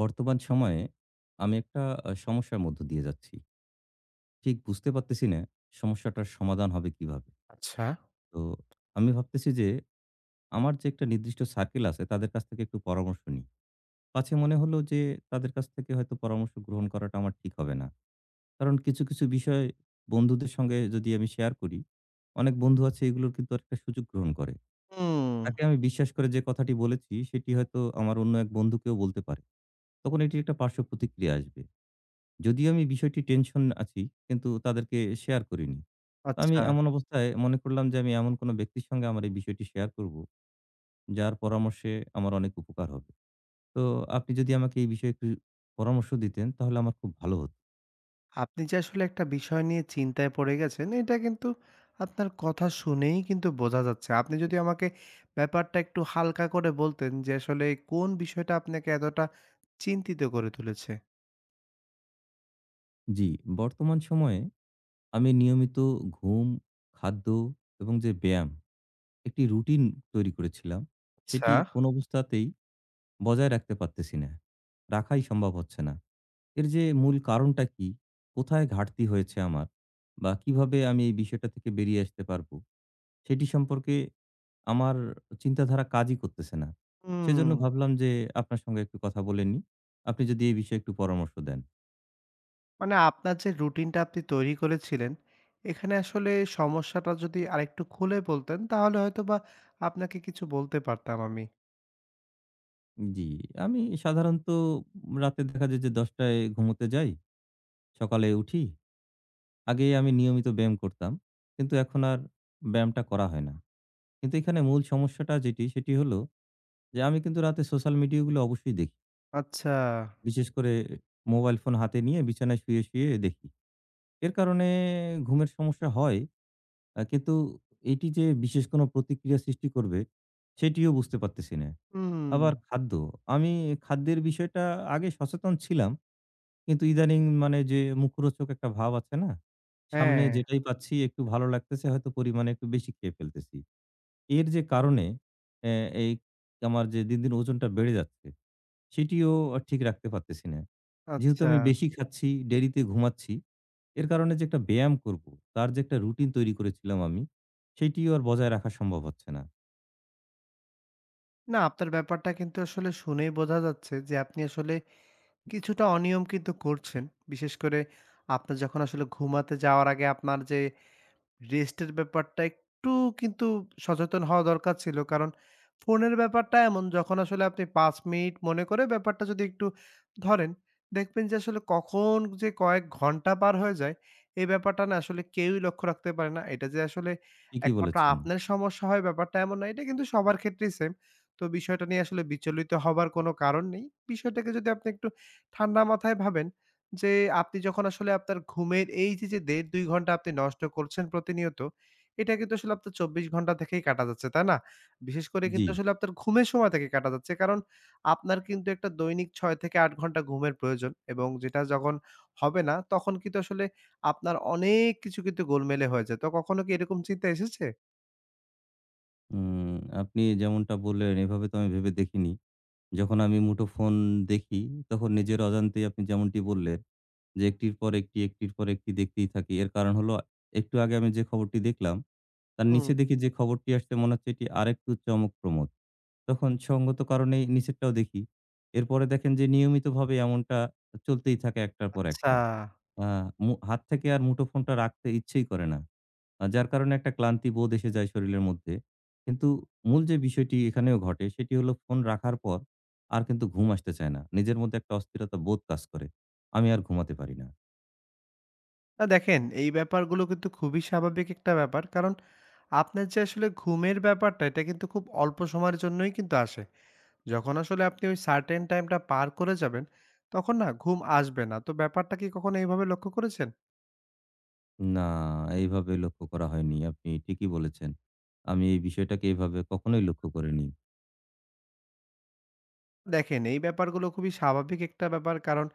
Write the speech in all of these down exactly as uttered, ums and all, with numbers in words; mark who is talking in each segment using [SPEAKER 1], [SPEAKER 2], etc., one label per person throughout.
[SPEAKER 1] বর্তমান সময়ে আমি একটা আ সমস্যার মধ্য দিয়ে যাচ্ছি। ঠিক বুঝতে পারতেছি না সমস্যাটার সমাধান হবে কিভাবে?
[SPEAKER 2] আচ্ছা।
[SPEAKER 1] তো আমি ভাবতেছি যে আমার যে একটা নির্দিষ্ট সার্কেল আছে তাদের কাছ থেকে একটু পরামর্শ নিই। পাছে মনে হলো যে তাদের কাছ থেকে হয়তো পরামর্শ গ্রহণ করাটা আমার ঠিক হবে না। কারণ কিছু, কিছু বিষয় বন্ধুদের সঙ্গে যদি আমি শেয়ার করি, অনেক বন্ধু আছে এগুলোর কিন্তু একটা সুযোগ গ্রহণ করে।
[SPEAKER 2] হুম,
[SPEAKER 1] তাকে আমি বিশ্বাস করে যে কথাটি বলেছি সেটি হয়তো আমার অন্য এক বন্ধুকেও বলতে পারে। তখন এটি একটা পার্শ্ব প্রতিক্রিয়া আসবে। যদিও আমি বিষয়টি টেনশন আছি, কিন্তু তাদেরকে শেয়ার করিনি। তো আমি
[SPEAKER 2] আচ্ছা।
[SPEAKER 1] এমন অবস্থায় মনে করলাম যে, আমি এমন কোনো ব্যক্তির সঙ্গে আমার এই বিষয়টি শেয়ার করব, যার পরামর্শে আমার অনেক উপকার হবে। তো আপনি যদি আমাকে এই বিষয়ে একটু পরামর্শ দিতেন, তাহলে আমার খুব ভালো হতো।
[SPEAKER 2] আপনি যে আসলে একটা বিষয় নিয়ে চিন্তায় পড়ে গেছেন, এটা কিন্তু আপনার কথা শুনেই কিন্তু বোঝা যাচ্ছে। আপনি যদি আমাকে ব্যাপারটা একটু হালকা করে বলতেন যে আসলে কোন বিষয়টা আপনাকে এতটা চিন্তিত করে তুলেছে?
[SPEAKER 1] জি, বর্তমান সময়ে আমি নিয়মিত ঘুম, খাদ্য এবং যে ব্যায়াম, একটি রুটিন তৈরি করেছিলাম, সেটি
[SPEAKER 2] আচ্ছা।
[SPEAKER 1] কোনো অবস্থাতেই বজায় রাখতে পারতেছি না। রাখাই সম্ভব হচ্ছে না। এর যে মূল কারণটা কি? কোথায় ঘাটতি হয়েছে আমার? বা কিভাবে আমি এই বিষয়টা থেকে বেরিয়ে আসতে পারবো? সেটি সম্পর্কে আমার চিন্তাধারা কাজই করতেছে না।
[SPEAKER 2] হুম,
[SPEAKER 1] সেজন্য ভাবলাম যে আপনার সঙ্গে একটু কথা বলে নিই। আপনি যদি এই বিষয়ে একটু পরামর্শ দেন।
[SPEAKER 2] মানে আপনার যে রুটিনটা আপনি তৈরি করেছিলেন, এখানে আসলে সমস্যাটা যদি আরেকটু খুলে বলতেন তাহলে হয়তোবা আপনাকে কিছু বলতে পারতাম আমি।
[SPEAKER 1] জি, আমি সাধারণত রাতে দেখা যায় যে দশ টায় ঘুমোতে যাই, সকালে উঠি। আগে আমি নিয়মিত ব্যায়াম করতাম। কিন্তু এখন আর ব্যায়ামটা করা হয় না। কিন্তু এখানে মূল সমস্যাটা যেটি সেটি হলো যে আমি কিন্তু রাতে সোশ্যাল মিডিয়া গুলো অবশ্যই দেখি।
[SPEAKER 2] আচ্ছা,
[SPEAKER 1] বিশেষ করে মোবাইল ফোন হাতে নিয়ে বিছানায় শুয়ে, শুয়ে দেখি। এর কারণে ঘুমের সমস্যা হয়। আ কিন্তু এটি যে বিশেষ কোনো প্রতিক্রিয়া সৃষ্টি করবে, সেটিও বুঝতে পারতেছি না।
[SPEAKER 2] হুম,
[SPEAKER 1] আবার খাদ্য, আমি খাদ্যের বিষয়টা আগে সচেতন ছিলাম। কিন্তু ইদানিং মানে যে মুখরোচক একটা ভাব আছে না? সামনে
[SPEAKER 2] হ্যাঁ,
[SPEAKER 1] যেটাই পাচ্ছি একটু ভালো লাগতেছে হয়তো পরিমাণে একটু বেশি খেয়ে ফেলতেছি। এর যে কারণে অ্যা এই আমার যে দিন, দিন ওজনটা বেড়ে যাচ্ছে। সেটিও আ ঠিক রাখতে পারতেছি না। যেহেতু
[SPEAKER 2] আচ্ছা।
[SPEAKER 1] আমি বেশি খাচ্ছি, দেরিতে ঘুমাচ্ছি, এর কারণে যে একটা ব্যায়াম করব, তার যে একটা রুটিন তৈরি করেছিলাম আমি, সেটিও আর বজায় রাখা সম্ভব হচ্ছে না।
[SPEAKER 2] না, আপনার ব্যাপারটা কিন্তু আসলে শুনেই বোঝা যাচ্ছে যে আপনি আসলে কিছুটা অনিয়ম কিন্তু করছেন। বিশেষ করে আপনার যখন আসলে ঘুমাতে যাওয়ার আগে আপনার যে রেস্টের ব্যাপারটা একটু কিন্তু সচেতন হওয়া দরকার ছিল। কারণ ফোনের ব্যাপারটা এমন যখন আসলে আপনি পাঁচ মিনিট মনে করে ব্যাপারটা যদি একটু ধরেন, দেখবেন যে আসলে কখন যে কয়েক ঘন্টা পার হয়ে যায়, এই ব্যাপারটা না আসলে কেউই লক্ষ্য রাখতে পারে না। এটা যে আসলে
[SPEAKER 1] ঠিকই
[SPEAKER 2] একমাত্র
[SPEAKER 1] বলেছেন।
[SPEAKER 2] আপনার সমস্যা হয় ব্যাপারটা এমন না। এটা কিন্তু সবার ক্ষেত্রেই সেম। তো বিষয়টা নিয়ে আসলে বিচলিত হবার কোনো কারণ নেই। বিষয়টাকে যদি আপনি একটু ঠান্ডা মাথায় ভাবেন যে আপনি যখন আসলে আপনার ঘুমের এই যে, যে দেড় দুই ঘন্টা আপনি নষ্ট করছেন প্রতিনিয়ত, এটা কিন্তু আসলে আপনার চব্বিশ ঘন্টা থেকেই কাটা যাচ্ছে, তাই না? বিশেষ করে
[SPEAKER 1] জি।
[SPEAKER 2] কিন্তু আসলে আপনার ঘুমের সময় থেকে কাটা যাচ্ছে। কারণ আপনার কিন্তু একটা দৈনিক ছয় থেকে আট ঘন্টা ঘুমের প্রয়োজন এবং যেটা যখন হবে না, তখন কিন্তু আসলে আপনার অনেক কিছু কিন্তু গোলমেলে হয়ে যায়। তো কখনো কি এরকম চিন্তা এসেছে?
[SPEAKER 1] উম আপনি যেমনটা বললেন এভাবে তো আমি ভেবে দেখিনি। যখন আমি মুঠোফোন দেখি, তখন নিজের অজান্তেই আপনি যেমনটি বললেন যে, একটির পর একটি, একটির পর একটি দেখতেই থাকি। এর কারণ হলো একটু আগে আমি যে খবরটি দেখলাম, তার
[SPEAKER 2] হুম,
[SPEAKER 1] নিচে দেখি যে খবরটি আসছে মনে হচ্ছে এটি আরেকটু চমকপ্রমোদ। তখন সঙ্গত কারণেই নিচেরটাও দেখি। এরপরে দেখেন যে নিয়মিতভাবে এমনটা চলতেই থাকে একটার পর
[SPEAKER 2] আচ্ছা।
[SPEAKER 1] একটা। আ মু হাত থেকে আর মুঠোফোনটা রাখতে ইচ্ছেই করে না। আ যার কারণে একটা ক্লান্তি বোধ এসে যায় শরীরের মধ্যে। কিন্তু মূল যে বিষয়টি এখানেও ঘটে সেটি হলো ফোন রাখার পর আর কিন্তু ঘুম আসতে চায় না। নিজের মধ্যে একটা অস্থিরতা বোধ কাজ করে। আমি আর ঘুমাতে পারি না।
[SPEAKER 2] না দেখেন, এই ব্যাপারগুলো কিন্তু খুবই স্বাভাবিক একটা ব্যাপার। কারণ আপনার যে আসলে ঘুমের ব্যাপারটা, এটা কিন্তু খুব অল্প সময়ের জন্যই কিন্তু আসে। যখন আসলে আপনি ওই সার্টেন টাইমটা পার করে যাবেন, তখন না ঘুম আসবে না। তো ব্যাপারটা কি কখনো এইভাবে লক্ষ্য করেছেন?
[SPEAKER 1] না, এইভাবে লক্ষ্য করা হয়নি। আপনি ঠিকই বলেছেন। আমি এই বিষয়টাকে এভাবে কখনোই লক্ষ্য করিনি।
[SPEAKER 2] দেখেন, এই ব্যাপারগুলো খুবই স্বাভাবিক একটা ব্যাপার। কারণ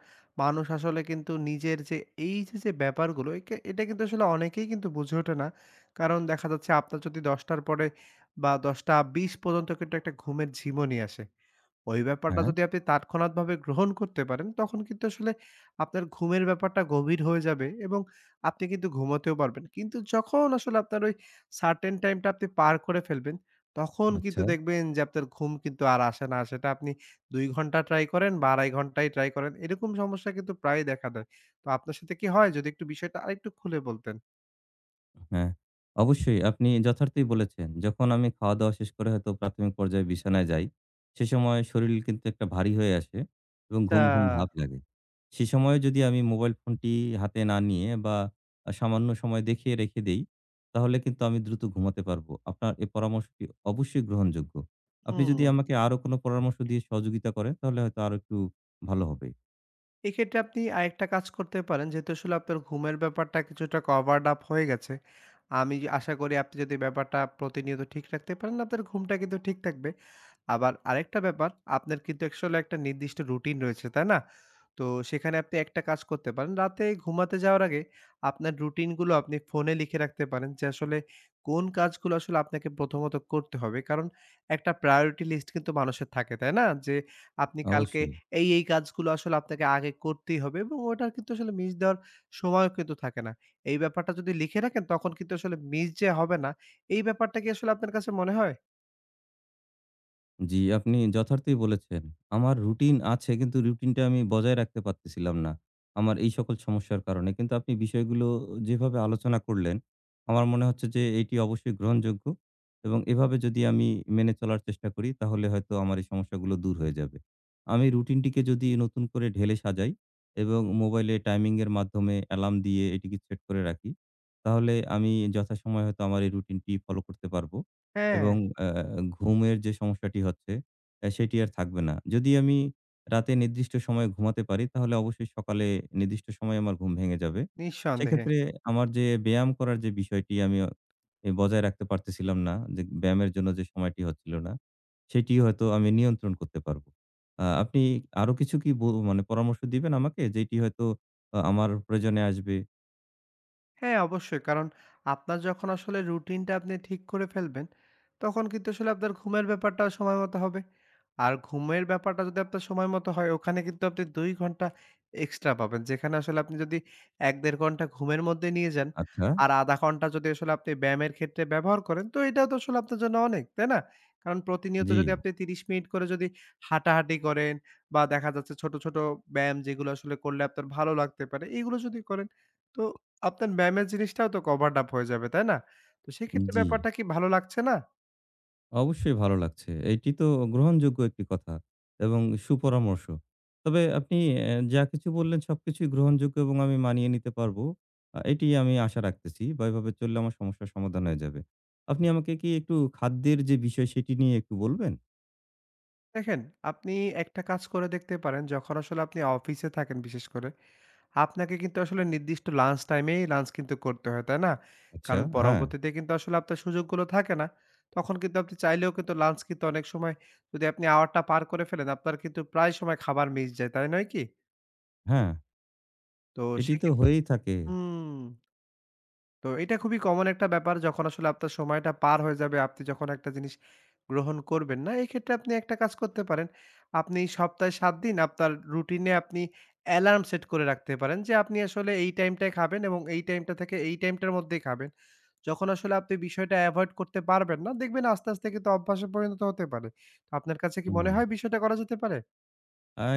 [SPEAKER 2] মানুষ আসলে কিন্তু নিজের যে এই যে, যে ব্যাপারগুলো একে এটা কিন্তু আসলে অনেকেই কিন্তু বুঝে ওঠে না। কারণ দেখা যাচ্ছে আপনার যদি দশ টার পরে বা ১০টা বিশ পর্যন্ত কিন্তু একটা ঘুমের ঝিমুনি আসে। ওই ব্যাপারটা
[SPEAKER 1] হ্যাঁ,
[SPEAKER 2] যদি আপনি তাৎক্ষণাৎভাবে গ্রহণ করতে পারেন, তখন কিন্তু আসলে আপনার ঘুমের ব্যাপারটা গভীর হয়ে যাবে এবং আপনি কিন্তু ঘুমাতেও পারবেন। কিন্তু যখন আসলে আপনার ওই সার্টেন টাইমটা আপনি পার করে ফেলবেন, তখন কিন্তু
[SPEAKER 1] আচ্ছা।
[SPEAKER 2] দেখবেন যে আপনার ঘুম কিন্তু আর আসে না। সেটা আপনি দুই ঘন্টা ট্রাই করেন বা আড়াই ঘন্টাই ট্রাই করেন, এরকম সমস্যা কিন্তু প্রায়ই দেখা দেয়। তো আপনার সাথে কি হয়? যদি একটু বিষয়টা আরেকটু খুলে বলতেন।
[SPEAKER 1] হ্যাঁ, অবশ্যই আপনি যথার্থই বলেছেন। যখন আমি খাওয়া-দাওয়া শেষ করে হয়তো প্রাথমিক পর্যায়ে বিছানায় যাই, সে সময় শরীল কিন্তু একটা ভারী হয়ে আসে এবং
[SPEAKER 2] আচ্ছা।
[SPEAKER 1] ঘুম, ঘুম ভাব লাগে। সে সময়ে যদি আমি মোবাইল ফোনটি হাতে না নিয়ে বা আ সামান্য সময় দেখিয়ে রেখে দেই, তাহলে কিন্তু আমি দ্রুত ঘুমাতে পারবো। আপনার এই পরামর্শটি অবশ্যই গ্রহণযোগ্য। আপনি যদি
[SPEAKER 2] হুম।
[SPEAKER 1] আমাকে আরো কোনো পরামর্শ দিয়ে সহযোগিতা করেন, তাহলে হয়তো আরো একটু ভালো হবে।
[SPEAKER 2] এক্ষেত্রে আপনি আরেকটা কাজ করতে পারেন যেহেতু আসলে আপনার ঘুমের ব্যাপারটা কিছুটা কভারড আপ হয়ে গেছে। আমি আশা করি আপনি যদি ব্যাপারটা প্রতিনিয়ত ঠিক রাখতে পারেন আপনার ঘুমটা কিন্তু ঠিক থাকবে। আবার আরেকটা ব্যাপার, আপনার কিন্তু আসলে একটা নির্দিষ্ট রুটিন রয়েছে, তাই না? তো সেখানে আপনি একটা কাজ করতে পারেন। রাতে ঘুমাতে যাওয়ার আগে আপনার রুটিনগুলো আপনি ফোনে লিখে রাখতে পারেন যে আসলে কোন কাজগুলো আসলে আপনাকে প্রথমত করতে হবে। কারণ একটা priority list কিন্তু মানুষের থাকে, তাই না? যে আপনি কালকে
[SPEAKER 1] অবশ্যই।
[SPEAKER 2] এই, এই কাজগুলো আসলে আপনাকে আগে করতেই হবে এবং ওটার কিন্তু আসলে মিস দেওয়ার সময়ও কিন্তু থাকে না। এই ব্যাপারটা যদি লিখে রাখেন তখন কিন্তু আসলে মিস যে হবে না, এই ব্যাপারটা কি আসলে আপনার কাছে মনে হয়?
[SPEAKER 1] জি, আপনি যথার্থই বলেছেন। আমার রুটিন আছে কিন্তু রুটিনটা আমি বজায় রাখতে পারতেছিলাম না। আমার এই সকল সমস্যার কারণে। কিন্তু আপনি বিষয়গুলো যেভাবে আলোচনা করলেন, আমার মনে হচ্ছে যে এটি অবশ্যই গ্রহণযোগ্য এবং এভাবে যদি আমি মেনে চলার চেষ্টা করি তাহলে হয়তো আমার এই সমস্যাগুলো দূর হয়ে যাবে। আমি রুটিনটিকে যদি নতুন করে ঢেলে সাজাই এবং মোবাইলে টাইমিং এর মাধ্যমে অ্যালার্ম দিয়ে এটিকে সেট করে রাখি, তাহলে আমি যথাসময়ে হয়তো আমার এই রুটিনটি ফলো করতে পারব।
[SPEAKER 2] হ্যাঁ,
[SPEAKER 1] এবং আ ঘুমের যে সমস্যাটি হচ্ছে আ সেটি আর থাকবে না। যদি আমি রাতে নির্দিষ্ট সময়ে ঘুমাতে পারি তাহলে অবশ্যই সকালে নির্দিষ্ট সময়ে আমার ঘুম ভেঙে যাবে।
[SPEAKER 2] নিঃসন্দেহে।
[SPEAKER 1] সেক্ষেত্রে আমার যে ব্যায়াম করার যে বিষয়টি আমি অ এ বজায় রাখতে পারতেছিলাম না যে ব্যায়ামের জন্য যে সময়টি হচ্ছিল না, সেটি হয়তো আমি নিয়ন্ত্রণ করতে পারব। আ আপনি আরো কিছু কি ব মানে পরামর্শ দিবেন আমাকে যেটি হয়তো আ আমার প্রয়োজনে আসবে?
[SPEAKER 2] হ্যাঁ, অবশ্যই। কারণ আপনার যখন আসলে রুটিনটা আপনি ঠিক করে ফেলবেন, তখন কিন্তু আসলে আপনার ঘুমের ব্যাপারটাও সময় মতো হবে। আর ঘুমের ব্যাপারটা যদি আপনার সময় মতো হয়, ওখানে কিন্তু আপনি দুই ঘন্টা এক্সট্রা পাবেন। যেখানে আসলে আপনি যদি এক থেকে দেড় ঘন্টা ঘুমের মধ্যে নিয়ে যান,
[SPEAKER 1] আচ্ছা।
[SPEAKER 2] আর শূন্য দশমিক পাঁচ ঘন্টা যদি আসলে আপনি ব্যায়ামের ক্ষেত্রে ব্যবহার করেন, তো এটাও তো আসলে আপনার জন্য অনেক, তাই না? কারণ প্রতিনিয়ত
[SPEAKER 1] জি,
[SPEAKER 2] যদি আপনি ত্রিশ মিনিট করে যদি হাঁটাহাঁটি করেন বা দেখা যাচ্ছে ছোট, ছোট ব্যায়াম যেগুলো আসলে করলে আপনার ভালো লাগতে পারে, এগুলো যদি করেন, তো আপনার ব্যায়ামের জিনিসটাও তো কভারড আপ হয়ে যাবে, তাই না? তো সেক্ষেত্রে
[SPEAKER 1] জি।
[SPEAKER 2] ব্যাপারটা কি ভালো লাগছে না?
[SPEAKER 1] অবশ্যই ভালো লাগছে। এইটি তো গ্রহণযোগ্য একটি কথা এবং সুপরামর্শ। তবে আপনি অ্যা যা কিছু বললেন সবকিছুই গ্রহণযোগ্য এবং আমি মানিয়ে নিতে পারবো। আ এটি আমি আশা রাখতেছি বা এভাবে চললে আমার সমস্যার সমাধান হয়ে যাবে। আপনি আমাকে কি একটু খাদ্যের যে বিষয় সেটি নিয়ে একটু বলবেন?
[SPEAKER 2] দেখেন, আপনি একটা কাজ করে দেখতে পারেন, যখন আসলে আপনি অফিসে থাকেন বিশেষ করে, আপনাকে কিন্তু আসলে নির্দিষ্ট লাঞ্চ টাইমেই লাঞ্চ কিন্তু করতে হয়, তাই না?
[SPEAKER 1] আচ্ছা,
[SPEAKER 2] কারণ
[SPEAKER 1] হ্যাঁ,
[SPEAKER 2] পরবর্তীতে কিন্তু আসলে আপনার সুযোগগুলো থাকে না। তখন কিন্তু আপনি চাইলেও কিন্তু লাঞ্চ কিন্তু অনেক সময় যদি আপনি আওয়ারটা পার করে ফেলেন, আপনার কিন্তু প্রায় সময় খাবার মিস যায়, তাই নয় কি?
[SPEAKER 1] হ্যাঁ,
[SPEAKER 2] তো
[SPEAKER 1] এটি তো
[SPEAKER 2] সেক্ষেত্রে
[SPEAKER 1] হয়েই থাকে।
[SPEAKER 2] হুম। তো এটা খুবই কমন একটা ব্যাপার যখন আসলে আপনার সময়টা পার হয়ে যাবে, আপনি যখন একটা জিনিস গ্রহণ করবেন না, এক্ষেত্রে আপনি একটা কাজ করতে পারেন। আপনি সপ্তাহে সাত দিন আপনার রুটিনে আপনি অ্যালার্ম সেট করে রাখতে পারেন যে আপনি আসলে এই টাইমটায় খাবেন এবং এই টাইমটা থেকে এই টাইমটার মধ্যেই খাবেন। যখন আসলে আপনি বিষয়টা এভয়েড করতে পারবেন না, দেখবেন আস্তে, আস্তে কিন্তু অভ্যাসে পরিণত হতে পারে। তো আপনার কাছে কি মনে
[SPEAKER 1] হুম।
[SPEAKER 2] হয় বিষয়টা করা যেতে পারে?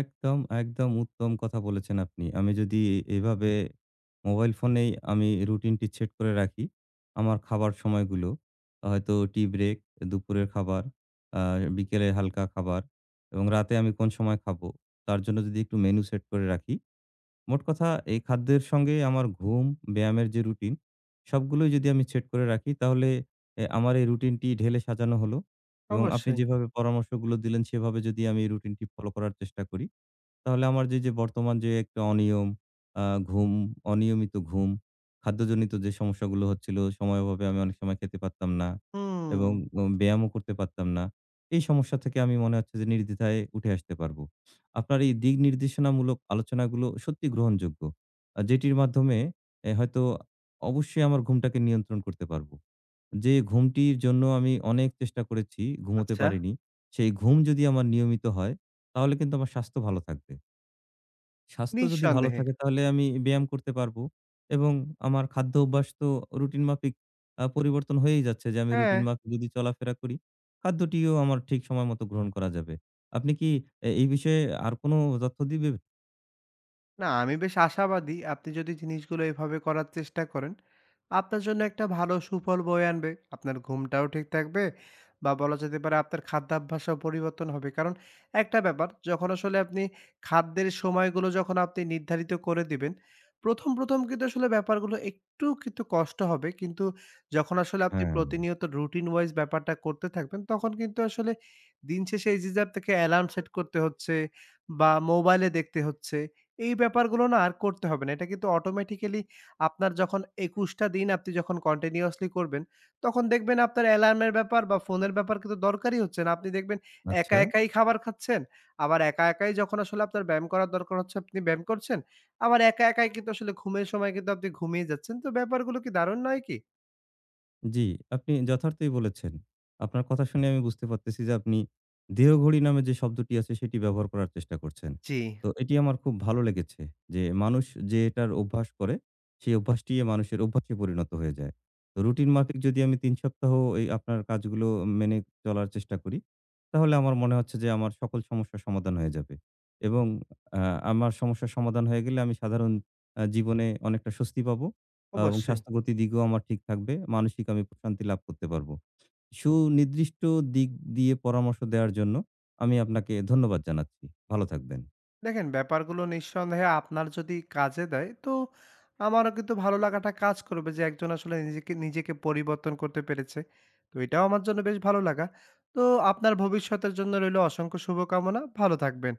[SPEAKER 1] একদম, একদম উত্তম কথা বলেছেন আপনি। আমি যদি এভাবে মোবাইল ফোনেই আমি রুটিনটি সেট করে রাখি, আমার খাবার সময়গুলো, হয়তো টি ব্রেক, দুপুরের খাবার, আ বিকেলে হালকা খাবার এবং রাতে আমি কোন সময় খাবো, তার জন্য যদি একটু মেনু সেট করে রাখি। মোট কথা এই খাদ্যের সঙ্গে আমার ঘুম, ব্যায়ামের যে রুটিন, সবগুলোই যদি আমি সেট করে রাখি, তাহলে এ আমার এই রুটিনটি ঢেলে সাজানো হলো এবং আপনি
[SPEAKER 2] অবশ্যই।
[SPEAKER 1] যেভাবে পরামর্শগুলো দিলেন, সেভাবে যদি আমি এই রুটিনটি ফলো করার চেষ্টা করি, তাহলে আমার যে, যে বর্তমান যে একটা অনিয়ম, আ ঘুম, অনিয়মিত ঘুম, খাদ্যজনিত যে সমস্যাগুলো হচ্ছিল, সময়াভাবে আমি অনেক সময় খেতে পারতাম না
[SPEAKER 2] হুম,
[SPEAKER 1] এবং উম ব্যায়ামও করতে পারতাম না। এই সমস্যা থেকে আমি মনে হচ্ছে যে নির্দ্বিধায় উঠে আসতে পারবো। আপনার এই দিক নির্দেশনামূলক আলোচনাগুলো সত্যি গ্রহণযোগ্য। আ যেটির মাধ্যমে এ হয়তো অবশ্যই আমার ঘুমটাকে নিয়ন্ত্রণ করতে পারবো। যে ঘুমটির জন্য আমি অনেক চেষ্টা করেছি, ঘুমোতে
[SPEAKER 2] আচ্ছা,
[SPEAKER 1] পারিনি। সেই ঘুম যদি আমার নিয়মিত হয়, তাহলে কিন্তু আমার স্বাস্থ্য ভালো থাকবে। স্বাস্থ্য যদি ভালো
[SPEAKER 2] নিঃসন্দেহে।
[SPEAKER 1] থাকে তাহলে আমি ব্যায়াম করতে পারবো এবং আমার খাদ্য অভ্যাস তো রুটিন মাফিক আ পরিবর্তন হয়েই যাচ্ছে যে আমি
[SPEAKER 2] হ্যাঁ।
[SPEAKER 1] রুটিন মাফিক যদি চলাফেরা করি, খাদ্যটিও আমার ঠিক সময় মতো গ্রহণ করা যাবে। আপনি কি এ এই বিষয়ে আর কোনো তথ্য দিবেন?
[SPEAKER 2] না, আমি বেশ আশাবাদী। আপনি যদি জিনিসগুলো এভাবে করার চেষ্টা করেন, আপনার জন্য একটা ভালো সুফল বয়ে আনবে। আপনার ঘুমটাও ঠিক থাকবে বা বলা যেতে পারে আপনার খাদ্যাভ্যাসও পরিবর্তন হবে। কারণ একটা ব্যাপার, যখন আসলে আপনি খাদ্যের সময়গুলো যখন আপনি নির্ধারিত করে দিবেন, ১ম, ১ম কিন্তু আসলে ব্যাপারগুলো একটু কিন্তু কষ্ট হবে। কিন্তু যখন আসলে আপনি
[SPEAKER 1] হ্যাঁ,
[SPEAKER 2] প্রতিনিয়ত রুটিন ওয়াইজ ব্যাপারটা করতে থাকবেন, তখন কিন্তু আসলে দিন শেষে এই যে, যে আপনাকে অ্যালার্ম সেট করতে হচ্ছে বা মোবাইলে দেখতে হচ্ছে এই ব্যাপারগুলো না আর করতে হবে না। এটা কিন্তু অটোমেটিক্যালি আপনার যখন একুশ টা দিন আপনি যখন কন্টিনিউয়াসলি করবেন, তখন দেখবেন আপনার অ্যালার্মের ব্যাপার বা ফোনের ব্যাপার কিন্তু দরকারই হচ্ছে না। আপনি দেখবেন একা
[SPEAKER 1] আচ্ছা।
[SPEAKER 2] একাই খাবার খাচ্ছেন, আবার একা একাই যখন আসলে আপনার ব্যায়াম করার দরকার হচ্ছে, আপনি ব্যায়াম করছেন। আবার একা একাই কিন্তু আসলে ঘুমের সময় কিন্তু আপনি ঘুমিয়ে যাচ্ছেন। তো ব্যাপারগুলো কি দারুণ নয় কি?
[SPEAKER 1] জি, আপনি যথার্থই বলেছেন। আপনার কথা শুনে আমি বুঝতে পারতেছি যে আপনি দেহঘড়ি নামে যে শব্দটি আছে সেটি ব্যবহার করার চেষ্টা করছেন।
[SPEAKER 2] জি।
[SPEAKER 1] তো এটি আমার খুব ভালো লেগেছে যে মানুষ যে এটার অভ্যাস করে সেই অভ্যাসটি মানুষের অভ্যাসে পরিণত হয়ে যায়। তো রুটিন মাফিক যদি আমি তিন সপ্তাহ এই আপনার কাজগুলো মেনে চলার চেষ্টা করি, তাহলে আমার মনে হচ্ছে যে আমার সকল সমস্যার সমাধান হয়ে যাবে। এবং আ আমার সমস্যার সমাধান হয়ে গেলে আমি সাধারণ আ জীবনে অনেকটা স্বস্তি পাবো। আ এবং
[SPEAKER 2] অবশ্যই।
[SPEAKER 1] স্বাস্থ্যগত দিকও আমার ঠিক থাকবে। মানসিক আমি প্রশান্তি লাভ করতে পারবো। সুনির্দিষ্ট দিক দিয়ে পরামর্শ দেওয়ার জন্য আমি আপনাকে ধন্যবাদ জানাচ্ছি। ভালো থাকবেন।
[SPEAKER 2] দেখেন ব্যাপারগুলো নিঃসন্দেহে আপনার যদি কাজে দেয় তো আমারও কিন্তু ভালো লাগাটা কাজ করবে যে একজন আসলে নিজেকে নিজেকে পরিবর্তন করতে পেরেছে। তো এটাও আমার জন্য বেশ ভালো লাগা। তো আপনার ভবিষ্যতের জন্য রইল অসংখ্য শুভকামনা। ভালো থাকবেন।